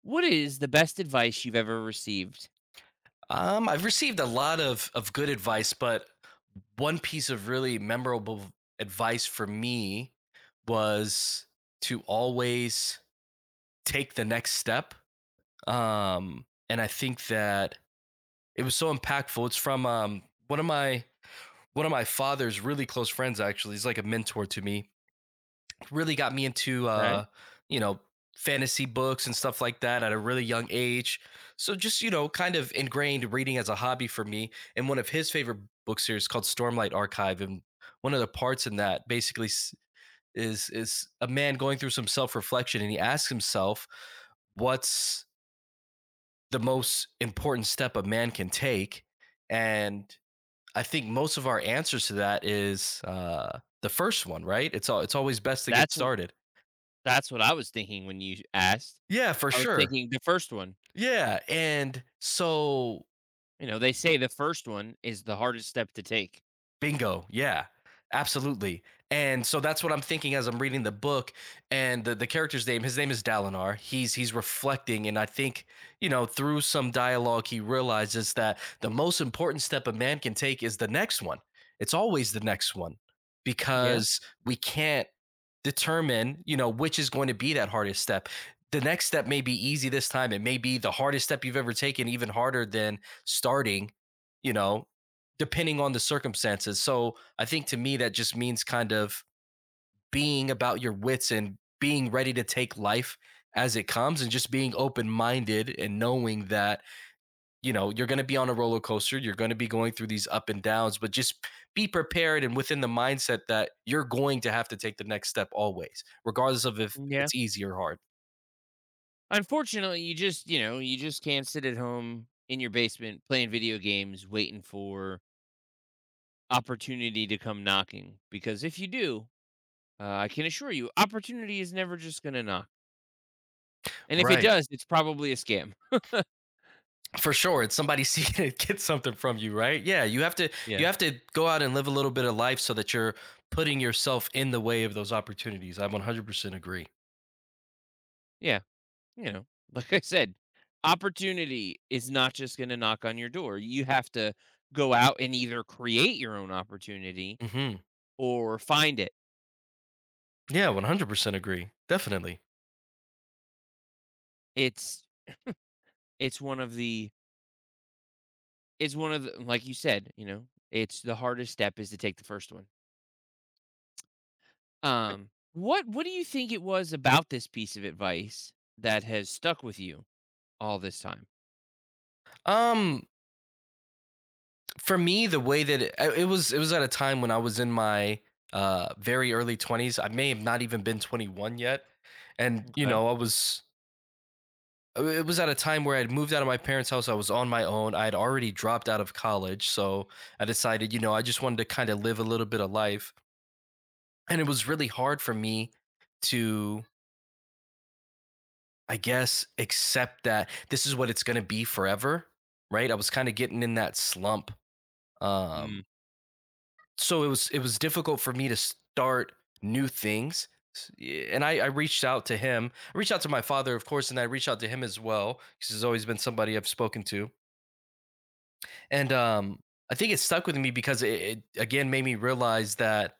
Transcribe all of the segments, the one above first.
What is the best advice you've ever received? I've received a lot of good advice, but one piece of really memorable advice for me was to always take the next step. And I think that it was so impactful. It's from one of my father's really close friends actually. He's like a mentor to me really got me into Okay. You know, fantasy books and stuff like that at a really young age. So just kind of ingrained reading as a hobby for me. And one of his favorite book series called Stormlight Archive, and one of the parts in that basically is a man going through some self-reflection, and he asks himself what's the most important step a man can take. And I think most of our answers to that is the first one, right? It's always best to get That's what started. that's what I was thinking when you asked. Yeah, for I was sure. thinking the first one. Yeah, and so. You know, they say the first one is the hardest step to take. Bingo. Yeah. Absolutely. And so that's what I'm thinking as I'm reading the book. And the character's name, his name is Dalinar. He's reflecting, and I think, through some dialogue he realizes that the most important step a man can take is the next one. It's always the next one, Yeah. because we can't determine, which is going to be that hardest step. The next step may be easy this time. It may be the hardest step you've ever taken, even harder than starting, you know depending on the circumstances. So I think to me, that just means kind of being about your wits and being ready to take life as it comes, and just being open minded and knowing that, you're going to be on a roller coaster. You're going to be going through these up and downs, but just be prepared and within the mindset that you're going to have to take the next step always, regardless of if Yeah. it's easy or hard. Unfortunately, you just can't sit at home in your basement playing video games waiting for opportunity to come knocking, because if you do, I can assure you opportunity is never just going to knock. And if it Right. does, it's probably a scam. For sure it's somebody seeking to get something from you, right? Yeah. You have to Yeah. Go out and live a little bit of life so that you're putting yourself in the way of those opportunities. I 100% agree. Yeah. You know, like I said, opportunity is not just going to knock on your door. You have to go out and either create your own opportunity Hmm. or find it. Yeah, 100% agree, definitely. It's it's one of the it's one of the, like you said, you know, it's the hardest step is to take the first one. What do you think it was about this piece of advice that has stuck with you all this time? um for me, the way that it was at a time when I was in my very early 20s. I may have not even been 21 yet. And, Okay. I was. It was at a time where I'd moved out of my parents' house. I was on my own. I had already dropped out of college. So I decided, I just wanted to kind of live a little bit of life. And it was really hard for me to, I guess, accept that this is what it's going to be forever. Right. I was kind of getting in that slump. Mm. Um, so it was difficult for me to start new things. Yeah. And I reached out to him. I reached out to my father, of course, and I reached out to him as well, because he's always been somebody I've spoken to. And I think it stuck with me because it again made me realize that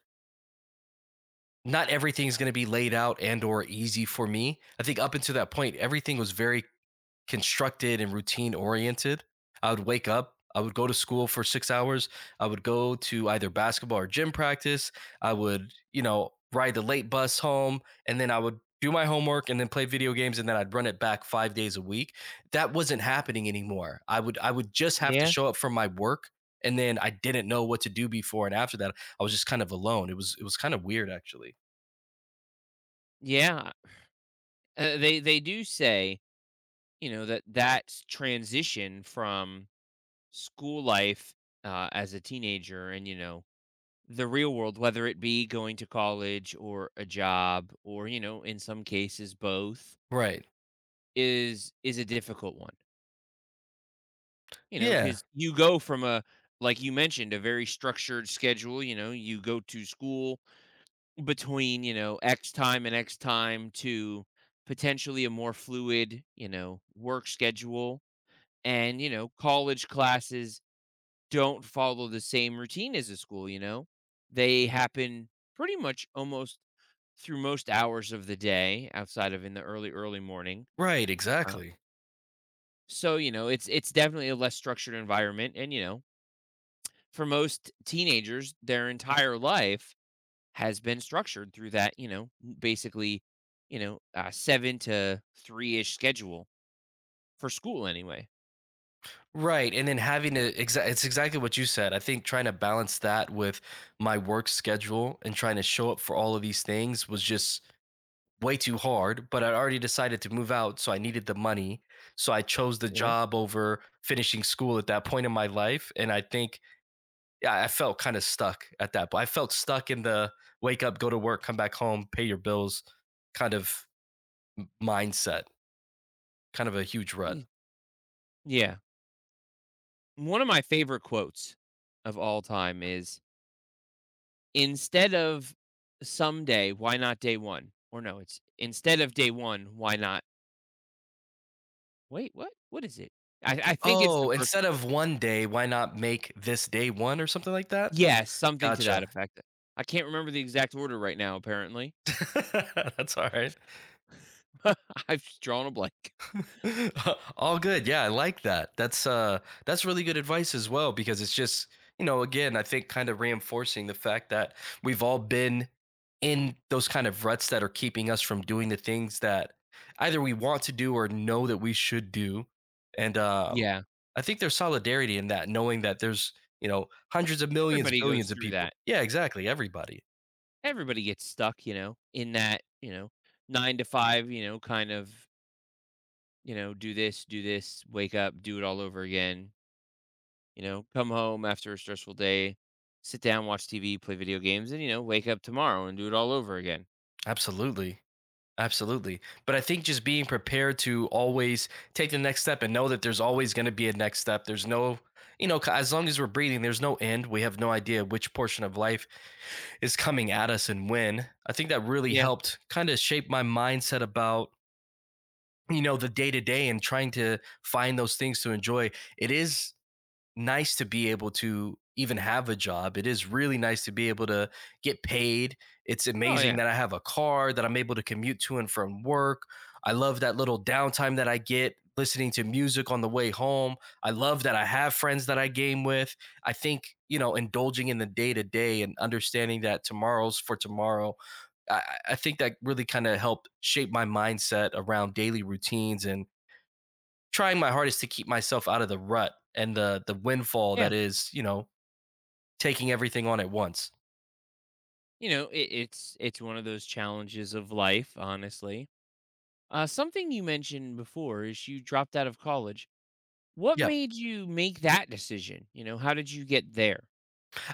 not everything's going to be laid out and or easy for me. I think up until that point, everything was very constructed and routine oriented. I would wake up, I would go to school for 6 hours, I would go to either basketball or gym practice, I would, ride the late bus home, and then I would do my homework and then play video games, and then I'd run it back 5 days a week. That wasn't happening anymore. I would just have to Yeah. show up for my work, and then I didn't know what to do before and after that. I was just kind of alone. It was kind of weird actually. Yeah. They do say, you know, that that transition from school life, as a teenager, and, you know, the real world, whether it be going to college or a job or, you know, in some cases both, Right. is a difficult one, you know, Yeah. because you go from a, like you mentioned, a very structured schedule. You know, you go to school between, you know, x time and x time to potentially a more fluid, you know, work schedule. And, you know, college classes don't follow the same routine as a school, you know? They happen pretty much almost through most hours of the day outside of in the early, early morning. Right, Uh, exactly. So, you know, it's definitely a less structured environment. And, you know, for most teenagers, their entire life has been structured through that, you know, basically, you know, seven to three ish schedule for school anyway. Right, and then having to exa it's exactly what you said. I think trying to balance that with my work schedule and trying to show up for all of these things was just way too hard, but I'd already decided to move out, so I needed the money. So I chose the Yeah. job over finishing school at that point in my life, and I think, yeah, I felt kinda stuck at that po I felt stuck in the wake up, go to work, come back home, pay your bills kind of mindset, kind of a huge rut. Y- Yeah. One of my favorite quotes of all time is, instead of someday, why not day one? Or no, it's instead of day one, why not, wait, what? What is it? I think it's the Oh, first. instead of one day, why not make this day one or something like that? Yes, something to that Gotcha. effect. I can't remember the exact order right now, apparently. That's alright. I've just drawn a blank. All good, yeah, I like that. That's really good advice as well, because it's just, again, I think kinda reinforcing the fact that we've all been in those kind of ruts that are keeping us from doing the things that either we want to do or know that we should do. And, Yeah. I think there's solidarity in that, knowing that there's, you know, hundreds of millions, Everybody goes billions of through people. that. Yeah, exactly. Everybody. Everybody gets stuck, you know, in that, you know, nine to five, you know, kind of, you know, do this, wake up, do it all over again. You know, come home after a stressful day, sit down, watch TV, play video games, and, you know, wake up tomorrow and do it all over again. Absolutely. Absolutely. But I think just being prepared to always take the next step and know that there's always going to be a next step. There's no, as long as we're breathing, there's no end. We have no idea which portion of life is coming at us and when. I think that really Yeah. helped kind of shape my mindset about, the day to day and trying to find those things to enjoy. It is nice to be able to even have a job. It is really nice to be able to get paid. It's Oh amazing yeah. that I have a car that I'm able to commute to and from work. I love that little downtime that I get listening to music on the way home. I love that I have friends that I game with. I think, indulging in the day to day and understanding that tomorrow's for tomorrow. I think that really kind of helped shape my mindset around daily routines and trying my hardest to keep myself out of the rut and the windfall Yeah. that is, taking everything on at once. You know, it's one of those challenges of life, honestly. Something you mentioned before is you dropped out of college. What Yeah. made you make that decision? You know, how did you get there?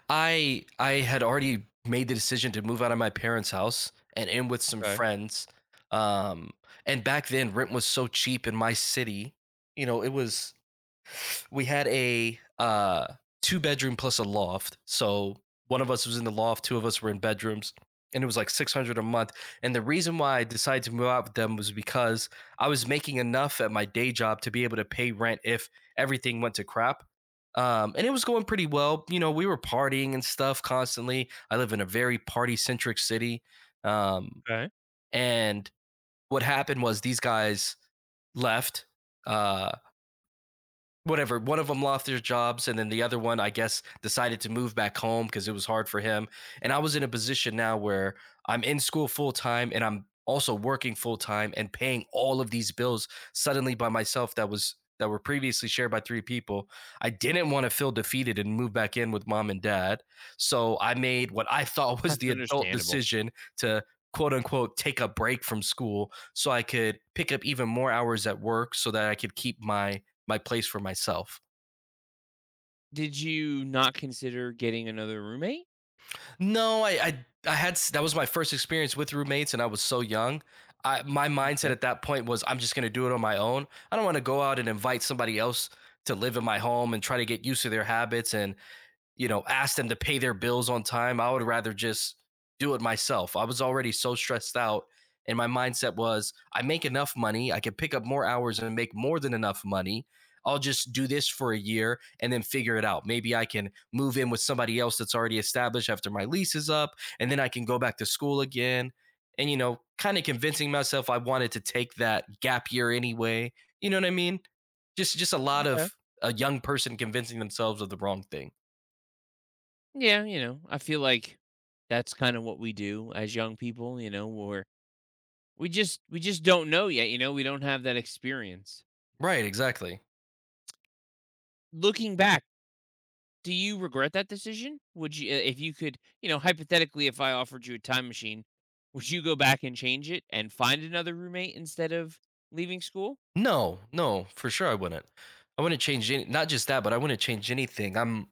I had already made the decision to move out of my parents' house and in with some Okay. friends. Um and back then rent was so cheap in my city. You know, it was We had a two-bedroom plus a loft. So one of us was in the loft, two of us were in bedrooms, and it was like 600 a month. And the reason why I decided to move out with them was because I was making enough at my day job to be able to pay rent if everything went to crap. And it was going pretty well. We were partying and stuff constantly. I live in a very party centric city. Um, Okay. and what happened was these guys left. Uh, whatever one of them lost their jobs, and then the other one I guess decided to move back home because it was hard for him. And I was in a position now where I'm in school full time and I'm also working full time and paying all of these bills suddenly by myself that were previously shared by three people. I didn't want to feel defeated and move back in with mom and dad, so I made what I thought was That's the adult understandable. decision to quote unquote take a break from school so I could pick up even more hours at work so that I could keep my place for myself. Did you not consider getting another roommate? No, I had that was my first experience with roommates, and I was so young. My mindset Okay. at that point was I'm just going to do it on my own. I don't want to go out and invite somebody else to live in my home and try to get used to their habits and, ask them to pay their bills on time. I would rather just do it myself. I was already so stressed out. And my mindset was I make enough money. I can pick up more hours and make more than enough money. I'll just do this for a year and then figure it out. Maybe I can move in with somebody else that's already established after my lease is up. And then I can go back to school again. And, kind of convincing myself I wanted to take that gap year anyway. You know what I mean? Just a lot Okay. of a young person convincing themselves of the wrong thing. Yeah, you know, I feel like that's kind of what we do as young people, you know, we just don't know yet, you know, we don't have that experience. Right, exactly. Looking back, do you regret that decision? Would you, if you could, you know, hypothetically, if I offered you a time machine, would you go back and change it and find another roommate instead of leaving school? No, no, for sure I wouldn't. I wouldn't change any, not just that, but I wouldn't change anything.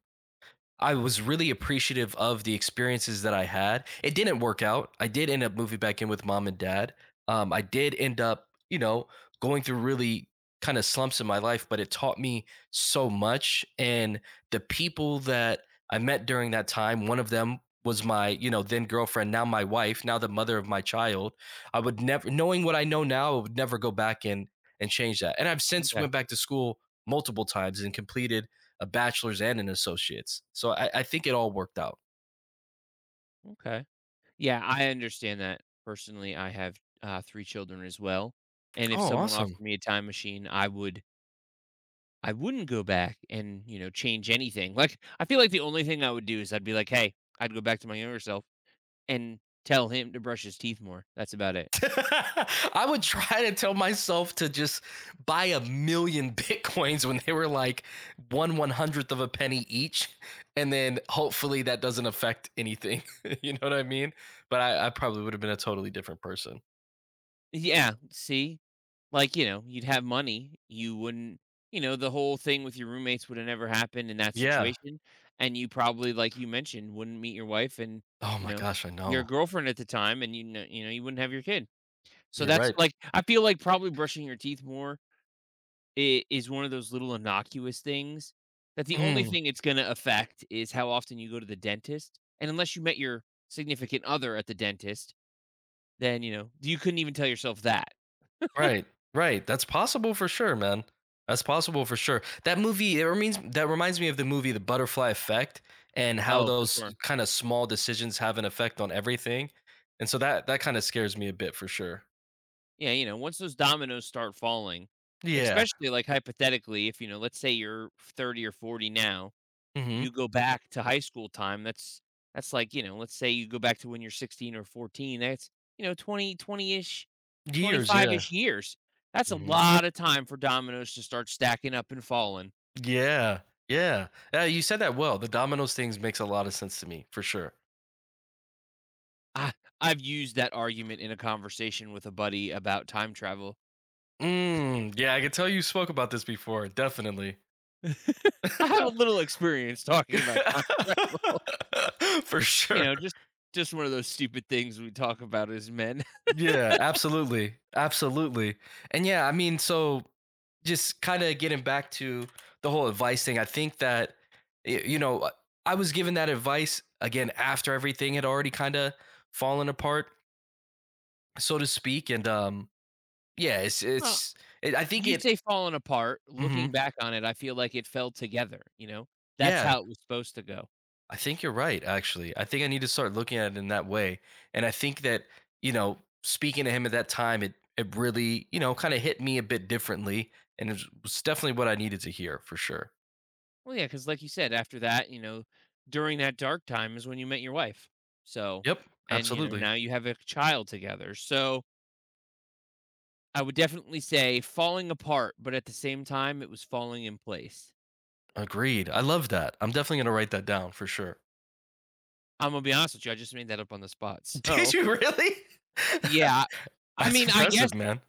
I was really appreciative of the experiences that I had. It didn't work out. I did end up moving back in with mom and dad. I did end up, going through really kind of slumps in my life, but it taught me so much. And the people that I met during that time, one of them was my, then girlfriend, now my wife, now the mother of my child. I would never, knowing what I know now, I would never go back and change that. And I've since went Okay. back to school multiple times and completed a bachelor's and an associate's. So I think it all worked out. Okay. Yeah, I understand that. Personally, I have three children as well, and if Oh, someone offered awesome. me a time machine, I wouldn't go back and, you know, change anything. Like, I feel like the only thing I would do is I'd be like, "Hey, I'd go back to my younger self." And tell him to brush his teeth more. That's about it. I would try to tell myself to just buy a million bitcoins when they were like one one 100th of a penny each, and then hopefully that doesn't affect anything. You know what I mean? But I probably would have been a totally different person. Yeah, see? Like, you know, you'd have money, you wouldn't you know, the whole thing with your roommates would have never happened in that Yeah. situation, and you probably, like you mentioned, wouldn't meet your wife and, Oh you my know, gosh, I your know. girlfriend at the time, and you know, you wouldn't have your kid. So You're that's, right. like, I feel like probably brushing your teeth more I is one of those little innocuous things that the only Mm. thing it's gonna affect is how often you go to the dentist, and unless you met your significant other at the dentist. Then, you know, you couldn't even tell yourself that. Right, right. That's possible for sure, man. That's possible for sure. That movie, it reminds that reminds me of the movie The Butterfly Effect and how Oh, for those sure. kind of small decisions have an effect on everything. And so that kind of scares me a bit for sure. Yeah, you know, once those dominoes start falling, Yeah. especially, like, hypothetically, if, you know, let's say you're 30 or 40 now, Mhm. you go back to high school time, that's like, you know, let's say you go back to when you're 16 or 14, that's, you know, 20 20-ish, Years, yeah. 25-ish years. That's a Mhm. lot of time for dominoes to start stacking up and falling. Yeah. Yeah. Yeah, you said that well. The dominoes things makes a lot of sense to me for sure. I I've used that argument in a conversation with a buddy about time travel. Mm, yeah, I can tell you spoke about this before, definitely. I have a little experience talking about time travel. For You sure. know, just one of those stupid things we talk about as men. Yeah, absolutely. Absolutely. And yeah, I mean, so just kind of getting back to the whole advice thing, I think that, y- you know, uh, I was given that advice again after everything had already kind of fallen apart, so to speak. And yeah, Well, I think you say falling apart. Mhm. Looking back on it, I feel like it fell together, you know? That's Yeah, how it was supposed to go. I think you're right, actually. I think I need to start looking at it in that way. And I think that, you know, speaking to him at that time, it really, kind of hit me a bit differently. And it was definitely what I needed to hear for sure. Well, yeah, because like you said, after that, you know, during that dark time is when you met your wife. So, Yep. and, you know, Absolutely. now you have a child together. So I would definitely say falling apart, but at the same time, it was falling in place. Agreed. I love that. I'm definitely gonna write that down for sure. I'm going to be honest with you. I just made that up on the spot. Did So, you really? yeah, I That's mean, I guess impressive, man.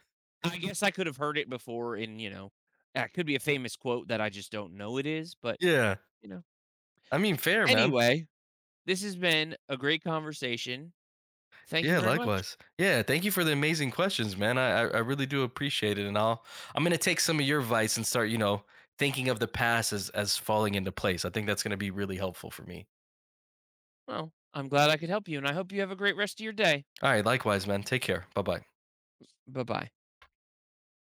I guess I could have heard it before in, you know, that could be a famous quote that I just don't know it is, but, Yeah. you know. I mean, fair, man. Anyway, this has been a great conversation. Thank you Yeah, very much. likewise. Yeah, thank you for the amazing questions, man. I really do appreciate it, and I'm gonna take some of your advice and start, thinking of the past as falling into place. I think that's gonna be really helpful for me. Well, I'm glad I could help you, and I hope you have a great rest of your day. All right, likewise, man. Take care. Bye bye. Bye-bye.